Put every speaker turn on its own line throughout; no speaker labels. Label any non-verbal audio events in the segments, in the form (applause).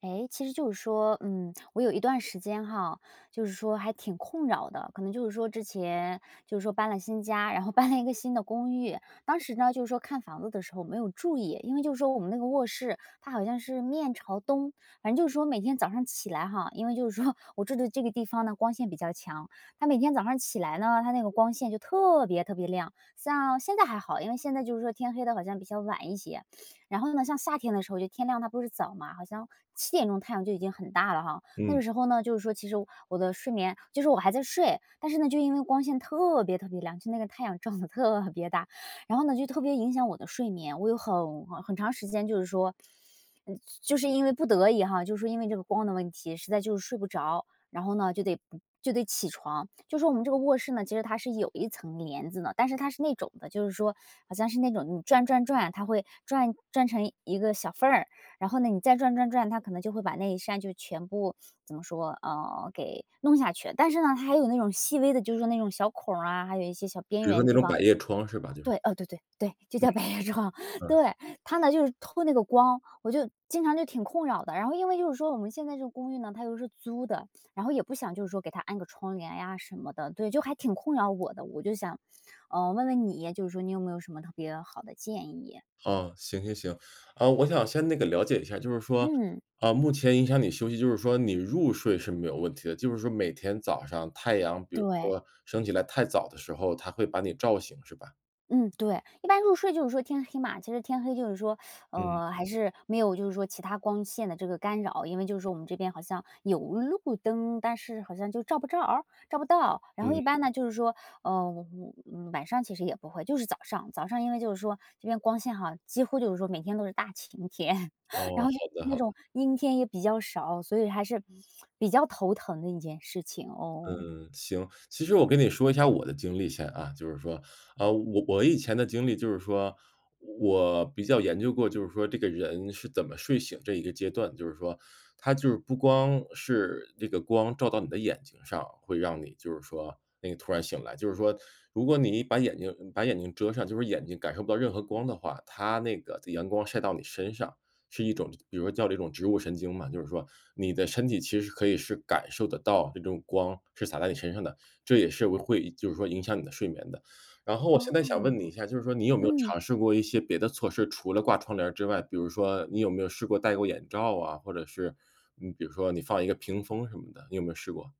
哎，其实就是说，我有一段时间哈，就是说还挺困扰的，可能就是说之前就是说搬了新家，然后 (laughs) 搬了一个新的公寓，当时呢就是说看房子的时候没有注意，因为就是说我们那个卧室它好像是面朝东，反正就是说每天早上起来哈，因为就是说我住的这个地方呢光线比较强，它每天早上起来呢，它那个光线就特别特别亮，像现在还好，因为现在就是说天黑的好像比较晚一些，然后呢，像夏天的时候，就天亮它不是早嘛，好像7点钟太阳就已经很大了哈。那
嗯，
个时候呢，就是说其实我的睡眠就是我还在睡，但是呢，就因为光线特别特别亮，就那个太阳照的特别大，然后呢，就特别影响我的睡眠。我有很长时间就是说，就是因为不得已哈，就是说因为这个光的问题，实在就是睡不着。然后呢，就得不就得起床。就说我们这个卧室呢，其实它是有一层帘子的，但是它是那种的，就是说好像是那种你转转转，它会转转成一个小缝儿，然后呢，你再转转转，它可能就会把那一扇就全部怎么说，给弄下去。但是呢，它还有那种细微的，就是说那种小孔儿啊，还有一些小边
比如说
缘
那
地
种
方，
百叶窗是吧？就是
对，哦，对对对，就叫白叶窗。(laughs)
嗯，
对，它呢就是透那个光，我就经常就挺困扰的。然后因为就是说我们现在这个公寓呢，它又是租的，然后也不想就是说给它安个窗帘呀什么的，对，就还挺困扰我的。我就想，问问你，就是说你有没有什么特别好的建议？
哦，行行行。啊，我想先那个了解一下，就是说，
嗯，
啊，目前影响你休息，就是说你入睡是没有问题的，就是说每天早上太阳，比如
对。
说升起来太早的时候，它会把你照醒是吧？
嗯，对，一般入睡就是说天黑嘛，其实天黑就是说，
嗯，
还是没有就是说其他光线的这个干扰，因为就是说我们这边好像有路灯，但是好像就照不着，照不到。然后一
嗯，
般呢就是说，呃，我晚上其实也不会，就是早上，早上因为就是说这边光线哈，几乎就是说每天都是大晴天，(laughs)
哦，
然后就
好的
那
好的。
种阴天也比较少，所以还是比较头疼的一件事情哦。
嗯，行。其实我跟你说一下我的经历先啊，就是说，啊，我以前的经历就是说，我比较研究过，就是说这个人是怎么睡醒这一个阶段，就是说，他就是不光是这个光照到你的眼睛上，会让你就是说那个突然醒来，就是说，如果你把眼睛遮上，就是眼睛感受不到任何光的话，它那个阳光晒到你身上，是一种比如说叫这种植物神经嘛，就是说你的身体其实可以是感受得到这种光是洒在你身上的，这也是会就是说影响你的睡眠的。然后我现在想问
哦，
你一下，就是说你有没有
嗯。
尝试过一些别的措施，除了挂窗帘儿之外，比如说你有没有试过戴过眼罩啊，或者是，嗯，比如说你放一个屏风什么的，你有没有试过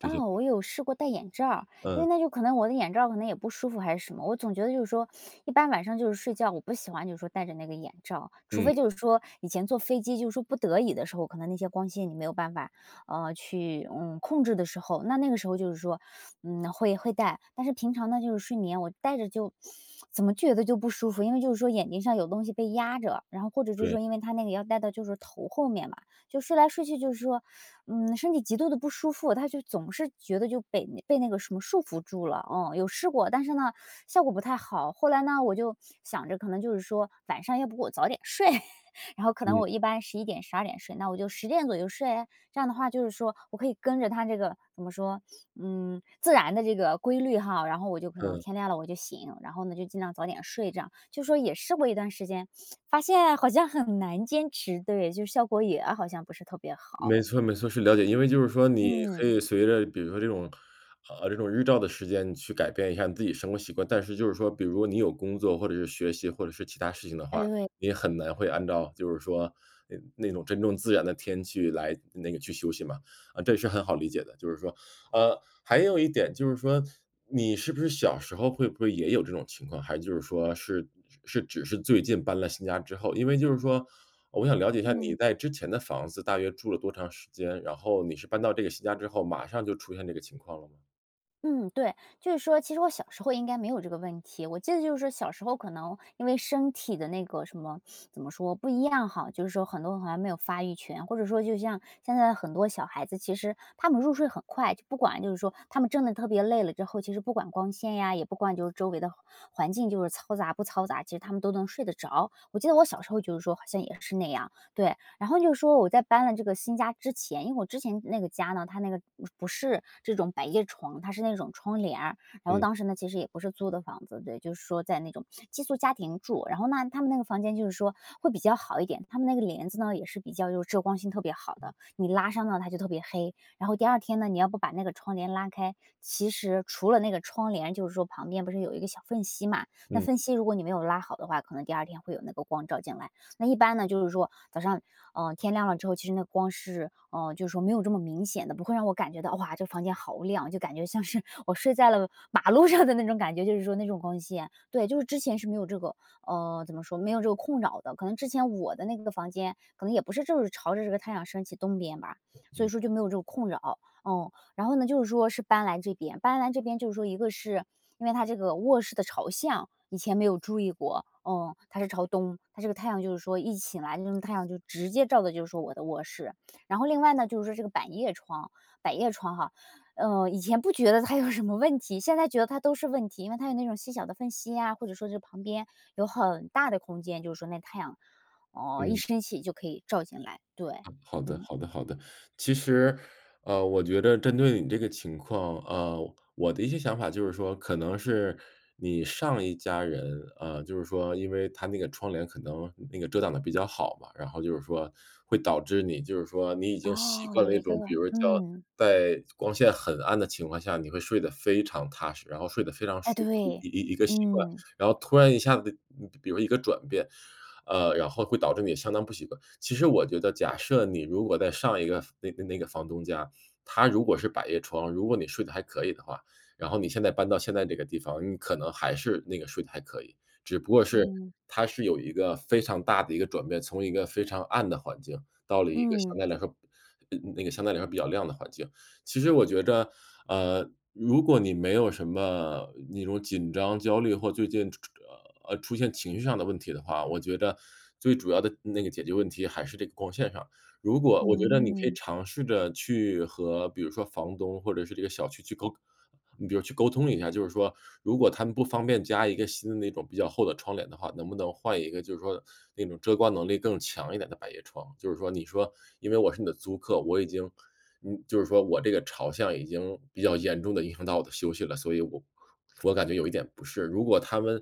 这些？
我有试过戴眼罩儿因为
嗯，
那就可能我的眼罩儿可能也不舒服还是什么，我总觉得就是说，一般晚上就是睡觉，我不喜欢就是说戴着那个眼罩，除
嗯，
非就是说以前坐飞机就是说不得已的时候，可能那些光线你没有办法去控制的时候，那那个时候就是说会戴，但是平常呢就是睡眠我戴着就怎么觉得就不舒服，因为就是说眼睛上有东西被压着，然后或者就是说
对，
因为它那个要戴到就是头后面嘛，就睡来睡去就是说身体极度的不舒服，他就总是觉得就被那个什么束缚住了，嗯，有试过，但是呢，效果不太好。后来呢，我就想着可能就是说晚上要不我早点睡，(laughs) 然后可能
嗯，
我一般11点、12点睡，那我就10点左右睡，这样的话就是说我可以跟着他这个怎么说，自然的这个规律哈，然后我就可能
嗯。
天亮了我就醒，然后呢就尽量早点睡，这样就说也试过一段时间，发现好像很难坚持，对，就效果也好像不是特别
没
好，
错没错，是了解。因为就是说你可
嗯，
以随着比如说这种，啊，这种日照的时间，你去改变一下你自己生活习惯。但是就是说，比如你有工作或者是学习或者是其他事情的
哎，
话，
对，
你也很难会按照就是说那种真正自然的天气来那个去休息嘛，啊，这是很好理解的。就是说还有一点就是说，你是不是小时候会不会也有这种情况？还是就是说是只是最近搬了新家之后？因为就是说，我想了解一下你
嗯
在之前的房子大约住了多长时间，然后你是搬到这个新家之后，马上就出现这个情况了吗？
嗯，对，就是说，其实我小时候应该没有这个问题。我记得就是说小时候可能因为身体的那个什么，怎么说不一样哈，就是说很多好像没有发育全，或者说就像现在很多小孩子，其实他们入睡很快，就不管就是说他们真的特别累了之后，其实不管光线呀，也不管就是周围的环境就是嘈杂不嘈杂，其实他们都能睡得着。我记得我小时候就是说好像也是那样，对，然后就说我在搬了这个新家之前，因为我之前那个家呢，它那个不是这种百叶窗，它是那种窗帘儿然后
嗯
当时呢，其实也不是租的房子，对，就是说在那种寄宿家庭住。然后那他们那个房间就是说会比较好一点，他们那个帘子呢也是比较就是遮光性特别好的，你拉上呢它就特别黑。然后第二天呢，你要不把那个窗帘拉开，其实除了那个窗帘，就是说旁边不是有一个小缝隙嘛，那
嗯
缝隙如果你没有拉好的话，可能第二天会有那个光照进来。那一般呢，就是说早上，天亮了之后，其实那光是，就是说没有这么明显的，不会让我感觉到哇，这房间好亮，就感觉像是我睡在了马路上的那种感觉，就是说那种光线。对，就是之前是没有这个，怎么说，没有这个困扰的。可能之前我的那个房间，可能也不是就是朝着这个太阳升起东边吧，所以
嗯
说就没有这个困扰。嗯，然后呢，就是说是搬来这边就是说一个是因为它这个卧室的朝向以前没有注意过，嗯，它是朝东，它这个太阳就是说一起来，这种太阳就直接照的就是说我的卧室。然后另外呢，就是说这个百叶窗哈，以前不觉得它有什么问题，现在觉得它都是问题，因为它有那种细小的缝隙啊，或者说是旁边有很大的空间，就是说那太阳，哦，一
嗯。
升起就可以照进来，对，
好的，
嗯，
好的，好的。其实，我觉得针对你这个情况，我的一些想法就是说，可能是你上一家人，就是说，因为他那个窗帘可能那个遮挡的比较好嘛，然后就是说会导致你，就是说你已经习
哦，
惯
有
了一
一个，
种，比如叫
嗯，
在光线很暗的情况下，你会睡得非常踏实，然后睡得非常
哎，
舒服的
对，
一个习惯，
嗯，
然后突然一下子，比如一个转变。然后会导致你相当不习惯。其实我觉得，假设你如果在上一个那个房东家，他如果是百叶窗，如果你睡得还可以的话，然后你现在搬到现在这个地方，你可能还是那个睡得还可以，只不过是
嗯，
它是有一个非常大的一个转变，从一个非常暗的环境到了一个
嗯，
相对来说比较亮的环境。其实我觉着，如果你没有什么那种紧张、焦虑或最近出现情绪上的问题的话，我觉得最主要的那个解决问题还是这个光线上。如果我
嗯，
觉得你可以
嗯。
尝试着去和比如说房东或者是这个小区你比如去沟通一下，就是说如果他们不方便加一个新的那种比较厚的窗帘的话，能不能换一个就是说那种遮光能力更强一点的百叶窗？就是说你说因为我是你的租客，我已经就是说我这个朝向已经比较严重的影响到我的休息了，所以我感觉有一点不适。如果他们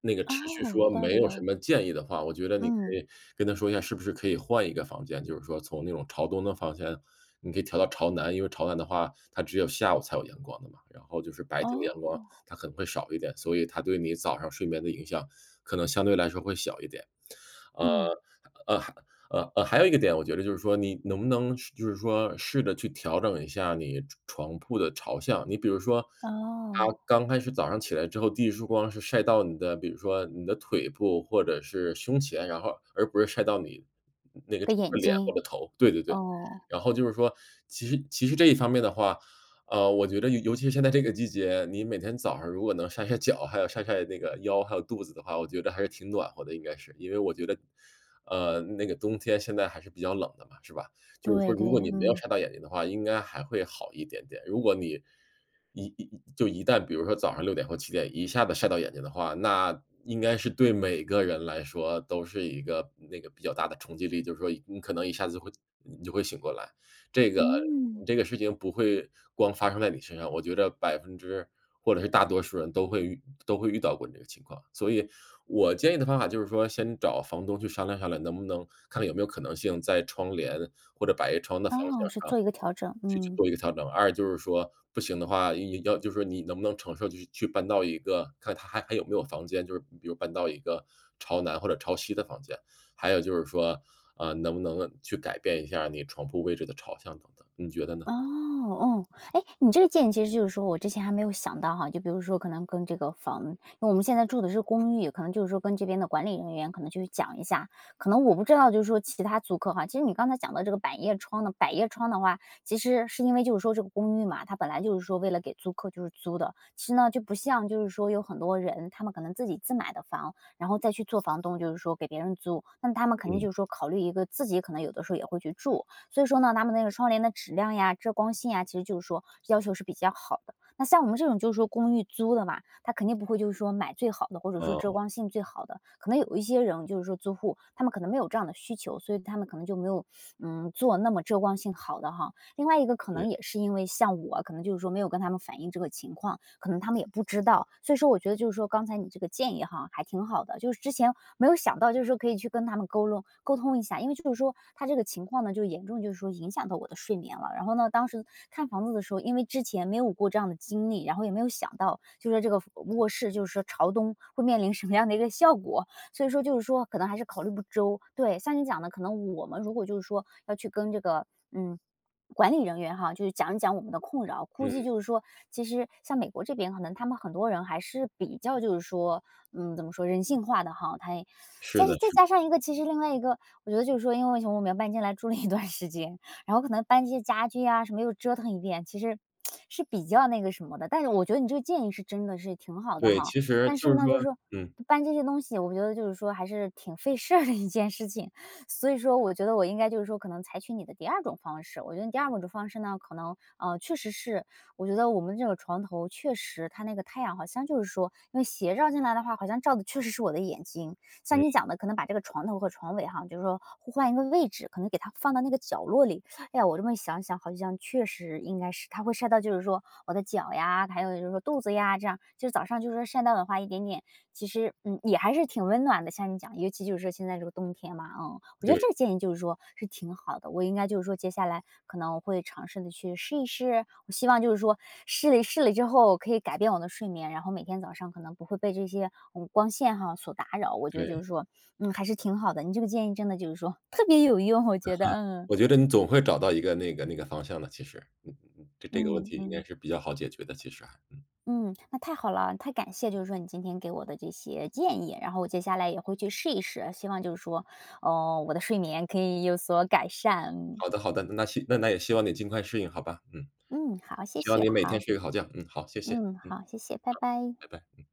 那个
哦，
持续
有
说
道
没
理
有什
哦。
么建议的话，我觉得你可
嗯，
以跟他说一下，是不是可以换一个房间，就是说从那种朝东的房间，你可以调到朝南，因为朝南的话，它只有下午才有阳光的嘛，然后就是白天的阳光
哦，
它可能会少一点，所以它对你早上睡眠的影响可能相对来说会小一点。呃，
嗯，
呃，还有一个点，我觉得就是说，你能不能就是说试着去调整一下你床铺的朝向。你比如说，它
哦，
刚开始早上起来之后，第一束光是晒到你的，比如说你的腿部或者是胸前，然后而不是晒到你那个
的
整
眼
个脸或
睛，
者头。对对对。
哦，
然后就是说，其实这一方面的话，我觉得尤其是现在这个季节，你每天早上如果能晒晒脚，还有晒晒那个腰，还有肚子的话，我觉得还是挺暖和的，应该是。因为我觉得，那个冬天现在还是比较冷的嘛，是吧？就是
对
说如果
对，
你没有
嗯，
晒到眼睛的话，应该还会好一点点。如果你一一一旦比如说早上6点或7点一下子晒到眼睛的话，那应该是对每个人来说都是一个那个比较大的冲击力，就是说你可能一下子你就会醒过来。这个
嗯，
这个事情不会光发生在你身上，我觉得百分之或者是大多数人都会遇到过这个情况。所以我建议的方法就是说，先找房东去商量商量，能不能看看有没有可能性在窗帘或者百叶窗的方向
哦，是
上
做一个调整，
去是
嗯。
做一个调整。二就是说不行的话，你要就是说你能不能承受，就是去搬到一个看他还有没有房间，就是比如搬到一个朝南或者朝西的房间。还有就是说，啊，能不能去改变一下你床铺位置的朝向等等，你觉得呢？
哦，哦，哎，你这个建议其实就是说我之前还没有想到哈，就比如说可能跟这个房因为我们现在住的是公寓，可能就是说跟这边的管理人员可能去讲一下，可能我不知道就是说其他租客哈，其实你刚才讲的这个百叶窗呢，百叶窗的话，其实是因为就是说这个公寓嘛，它本来就是说为了给租客就是租的，其实呢就不像就是说有很多人他们可能自己自买的房，然后再去做房东，就是说给别人租，那他们肯定
嗯，
就是说考虑一个自己可能有的时候也会去住，所以说呢，他们那个窗帘的质量呀、遮光性呀，其实就是说要求是比较好的。那像我们这种就是说公寓租的嘛，他肯定不会就是说买最好的，或者说
哦，
遮光性最好的。可能有一些人就是说租户，他们可能没有这样的需求，所以他们可能就没有做那么遮光性好的哈。另外一个可
对，
能也是因为像我，可能就是说没有跟他们反映这个情况，可能他们也不知道。所以说我觉得就是说刚才你这个建议哈，还挺好的，就是之前没有想到，就是说可以去跟他们沟通一下，因为就是说他这个情况呢，就严重就是说影响到我的睡眠了。然后呢，当时看房子的时候，因为之前没有过这样的经历，然后也没有想到，就是说这个卧室就是说朝东会面临什么样的一个效果，所以说就是说可能还是考虑不周。对，像你讲的，可能我们如果就是说要去跟这个。嗯，管理人员哈，就是讲一讲我们的困扰，估
嗯，
计就是说，其实像美国这边，可能他们很多人还是比较就是说，嗯，怎么说人性化的哈。他也，
是
但是
的，
再
是的。
加上一个，其实另外一个，我觉得就是说，因为从我们要搬进来住了一段时间，然后可能搬这些家具啊什么又折腾一遍，其实是比较那个什么的。但是我觉得你这个建议是真的是挺好的
对，
哈，
其实
但是
就是
呢，就是
说
说
嗯，
搬这些东西，我觉得就是说还是挺费事儿的一件事情。所以说我觉得我应该就是说可能采取你的第二种方式，我觉得第二种方式呢，可能，确实是我觉得我们这个床头确实它那个太阳好像就是说因为斜照进来的话，好像照的确实是我的眼睛。像
嗯，
你讲的，可能把这个床头和床尾哈，就是说互换一个位置，可能给它放到那个角落里。哎呀，我这么一想，好像确实应该是它会晒到就是说我的脚呀，还有就是说肚子呀，这样就是早上就是说晒到的话，一点点其实，嗯，也还是挺温暖的，像你讲，尤其就是说现在这个冬天嘛，嗯，我觉得
对，
这个建议就是说是挺好的。我应该就是说接下来可能会尝试的去试一试，我希望就是说试了之后可以改变我的睡眠，然后每天早上可能不会被这些光线哈所打扰。我觉得就
对，
是说，嗯，还是挺好的。你这个建议真的就是说特别有用，我觉得，嗯
我觉得你总会找到一个那个方向的，其实，嗯嗯嗯，这个问
嗯
题应该
嗯。
是比较好解决的，其实还。
嗯，那太好了，太感谢，就是说你今天给我的这些建议，然后我接下来也会去试一试，希望就是说，哦，我的睡眠可以有所改善。
好的，好的，那也希望你尽快适应，好吧，嗯。
嗯，好，谢
希望
谢，
你每天
好，
睡个好觉。嗯，好，谢谢。
嗯，
嗯，
好，谢谢，拜拜。
拜拜。